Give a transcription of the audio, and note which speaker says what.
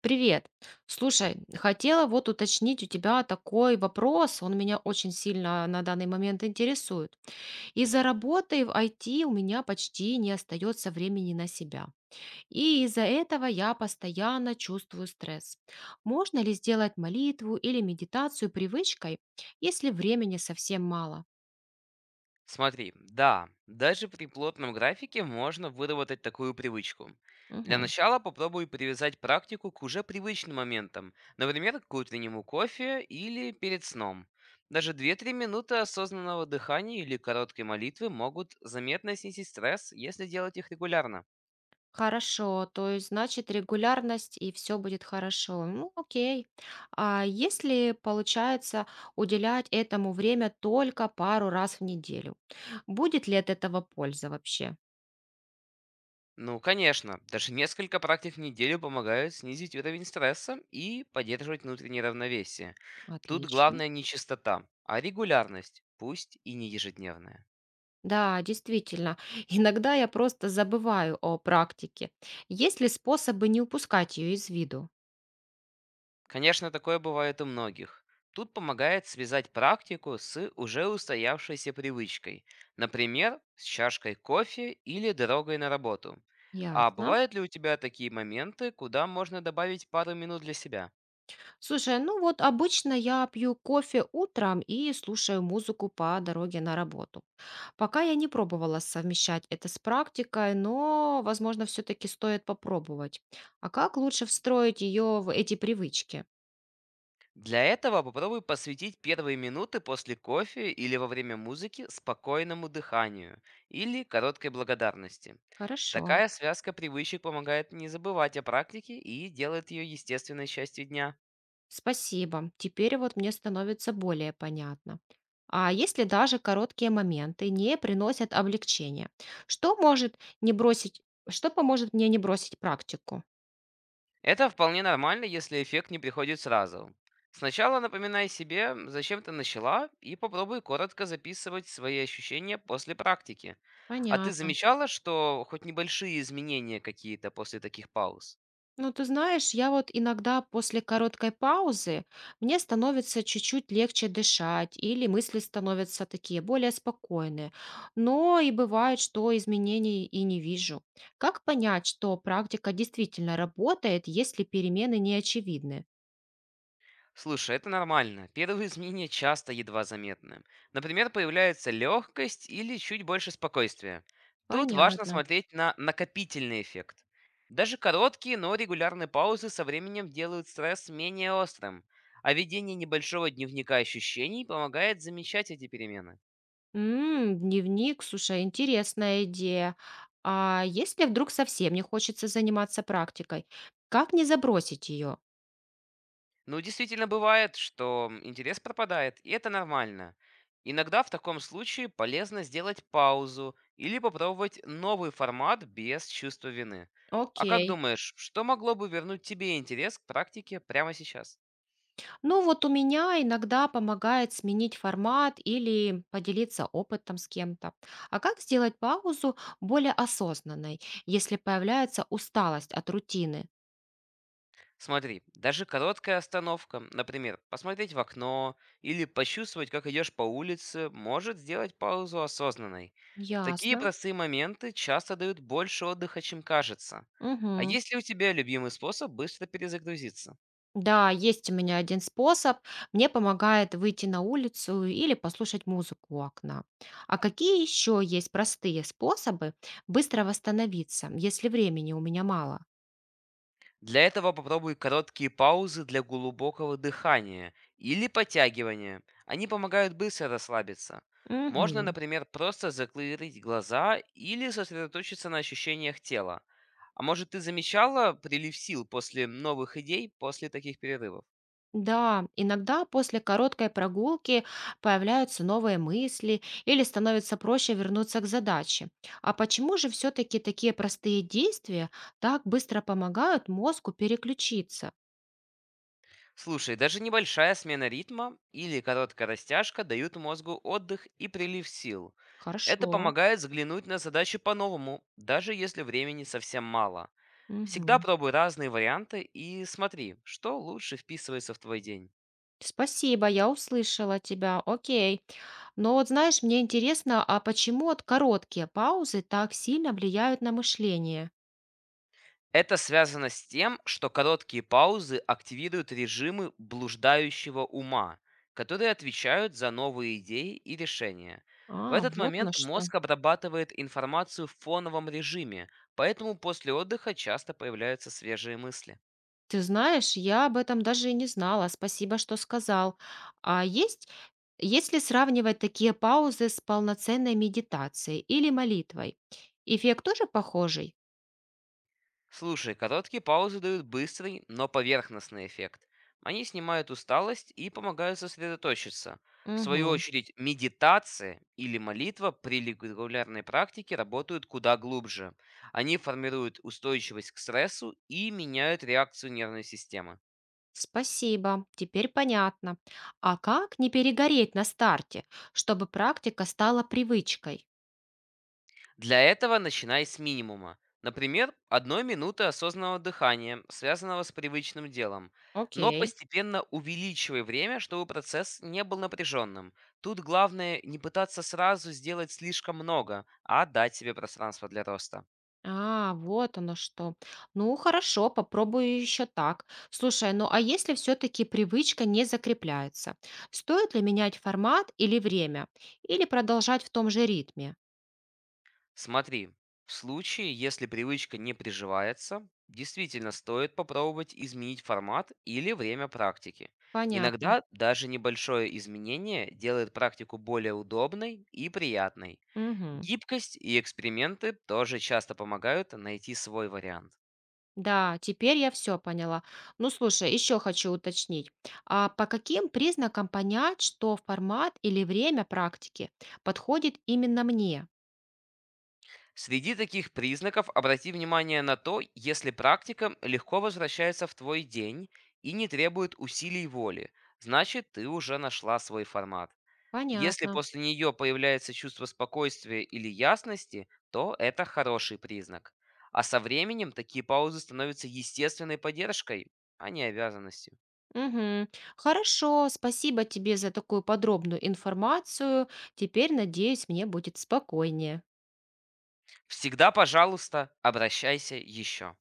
Speaker 1: Привет. Слушай, хотела вот уточнить у тебя такой вопрос. Он меня очень сильно на данный момент интересует. Из-за работы в IT у меня почти не остается времени на себя. И из-за этого я постоянно чувствую стресс. Можно ли сделать молитву или медитацию привычкой, если времени совсем мало?
Speaker 2: Смотри, да, даже при плотном графике можно выработать такую привычку. Для начала попробуй привязать практику к уже привычным моментам, например, к утреннему кофе или перед сном. Даже две-три минуты осознанного дыхания или короткой молитвы могут заметно снизить стресс, если делать их регулярно.
Speaker 1: Хорошо, то есть значит регулярность и все будет хорошо. Ну, окей. А если получается уделять этому время только пару раз в неделю, будет ли от этого польза вообще?
Speaker 2: Ну, конечно, даже несколько практик в неделю помогают снизить уровень стресса и поддерживать внутреннее равновесие. Тут
Speaker 1: Отлично.
Speaker 2: главное не чистота, а регулярность, пусть и не ежедневная.
Speaker 1: Да, действительно. Иногда я просто забываю о практике. Есть ли способы не упускать ее из виду?
Speaker 2: Конечно, такое бывает у многих. Тут помогает связать практику с уже устоявшейся привычкой, например, с чашкой кофе или дорогой на работу. А
Speaker 1: Ясно.
Speaker 2: бывают ли у тебя такие моменты, куда можно добавить пару минут для себя?
Speaker 1: Слушай, ну вот обычно я пью кофе утром и слушаю музыку по дороге на работу. Пока я не пробовала совмещать это с практикой, но, возможно, все-таки стоит попробовать. А как лучше встроить ее в эти привычки?
Speaker 2: Для этого попробуй посвятить первые минуты после кофе или во время музыки спокойному дыханию или короткой благодарности.
Speaker 1: Хорошо,
Speaker 2: Такая связка привычек помогает не забывать о практике и делает ее естественной частью дня.
Speaker 1: спасибо. Теперь вот мне становится более понятно. А если даже короткие моменты не приносят облегчения, что может не бросить, что поможет мне не бросить практику?
Speaker 2: Это вполне нормально, если эффект не приходит сразу. Сначала напоминай себе, зачем ты начала, и попробуй коротко записывать свои ощущения после практики. А ты
Speaker 1: Понятно.
Speaker 2: замечала, что хоть небольшие изменения какие-то после таких пауз?
Speaker 1: Ну, ты знаешь, я вот иногда после короткой паузы мне становится чуть-чуть легче дышать, или мысли становятся такие более спокойные. Но и бывает, что изменений и не вижу. Как понять, что практика действительно работает, если перемены не очевидны?
Speaker 2: Слушай, это нормально. Первые изменения часто едва заметны. Например, появляется легкость или чуть больше спокойствия. Тут важно
Speaker 1: Понятно.
Speaker 2: смотреть на накопительный эффект. Даже короткие, но регулярные паузы со временем делают стресс менее острым, а ведение небольшого дневника ощущений помогает замечать эти перемены.
Speaker 1: М, дневник, слушай, интересная идея. А если вдруг совсем не хочется заниматься практикой, как не забросить ее?
Speaker 2: Ну, действительно бывает, что интерес пропадает, и это нормально. Иногда в таком случае полезно сделать паузу или попробовать новый формат без чувства вины. А как
Speaker 1: Окей.
Speaker 2: думаешь, что могло бы вернуть тебе интерес к практике прямо сейчас?
Speaker 1: Ну вот у меня иногда помогает сменить формат или поделиться опытом с кем-то. А как сделать паузу более осознанной, если появляется усталость от рутины?
Speaker 2: Смотри, даже короткая остановка, например, посмотреть в окно или почувствовать, как идешь по улице, может сделать паузу осознанной. Такие
Speaker 1: Ясно.
Speaker 2: простые моменты часто дают больше отдыха, чем кажется. А
Speaker 1: Мгм.
Speaker 2: есть ли у тебя любимый способ быстро перезагрузиться?
Speaker 1: Да, есть у меня один способ. Мне помогает выйти на улицу или послушать музыку у окна. А какие еще есть простые способы быстро восстановиться, если времени у меня мало?
Speaker 2: Для этого попробуй короткие паузы для глубокого дыхания или подтягивания. Они помогают быстро расслабиться. Можно,
Speaker 1: Мгм.
Speaker 2: например, просто закрыть глаза или сосредоточиться на ощущениях тела. А может, ты замечала прилив сил после новых идей после таких перерывов?
Speaker 1: Да, иногда после короткой прогулки появляются новые мысли или становится проще вернуться к задаче. А почему же все-таки такие простые действия так быстро помогают мозгу переключиться?
Speaker 2: Слушай, даже небольшая смена ритма или короткая растяжка дают мозгу отдых и прилив сил. Это
Speaker 1: Хорошо.
Speaker 2: помогает взглянуть на задачу по-новому, даже если времени совсем мало. Всегда
Speaker 1: Мгм.
Speaker 2: пробуй разные варианты и смотри, что лучше вписывается в твой день.
Speaker 1: Спасибо, я услышала тебя. Окей. Но вот знаешь, мне интересно, а почему вот короткие паузы так сильно влияют на мышление?
Speaker 2: Это связано с тем, что короткие паузы активируют режимы блуждающего ума, которые отвечают за новые идеи и решения. В
Speaker 1: А,
Speaker 2: этот
Speaker 1: вот оно
Speaker 2: момент
Speaker 1: что.
Speaker 2: мозг обрабатывает информацию в фоновом режиме, поэтому после отдыха часто появляются свежие мысли.
Speaker 1: Ты знаешь, я об этом даже и не знала. Спасибо, что сказал. А есть, если сравнивать такие паузы с полноценной медитацией или молитвой, эффект тоже похожий?
Speaker 2: Слушай, короткие паузы дают быстрый, но поверхностный эффект. Они снимают усталость и помогают сосредоточиться. В свою
Speaker 1: Угу.
Speaker 2: очередь, медитация или молитва при регулярной практике работают куда глубже. Они формируют устойчивость к стрессу и меняют реакцию нервной системы.
Speaker 1: Спасибо, теперь понятно. А как не перегореть на старте, чтобы практика стала привычкой?
Speaker 2: Для этого начинай с минимума. Например, одной минуты осознанного дыхания, связанного с привычным делом. Но
Speaker 1: Окей.
Speaker 2: постепенно увеличивай время, чтобы процесс не был напряженным. Тут главное не пытаться сразу сделать слишком много, а дать себе пространство для роста.
Speaker 1: А, вот оно что. Ну, хорошо, попробую еще так. Слушай, ну а если все-таки привычка не закрепляется, стоит ли менять формат или время? Или продолжать в том же ритме?
Speaker 2: Смотри, в случае, если привычка не приживается, действительно стоит попробовать изменить формат или время практики.
Speaker 1: Понятно.
Speaker 2: Иногда даже небольшое изменение делает практику более удобной и приятной.
Speaker 1: Мгм.
Speaker 2: Гибкость и эксперименты тоже часто помогают найти свой вариант.
Speaker 1: Да, теперь я все поняла. Ну, слушай, еще хочу уточнить. А по каким признакам понять, что формат или время практики подходит именно мне?
Speaker 2: Среди таких признаков обрати внимание на то, если практика легко возвращается в твой день и не требует усилий воли, значит ты уже нашла свой формат. Если
Speaker 1: Понятно.
Speaker 2: после нее появляется чувство спокойствия или ясности, то это хороший признак. А со временем такие паузы становятся естественной поддержкой, а не обязанностью.
Speaker 1: Мгм. Хорошо, спасибо тебе за такую подробную информацию. Теперь, надеюсь, мне будет спокойнее.
Speaker 2: Всегда, пожалуйста, обращайся еще.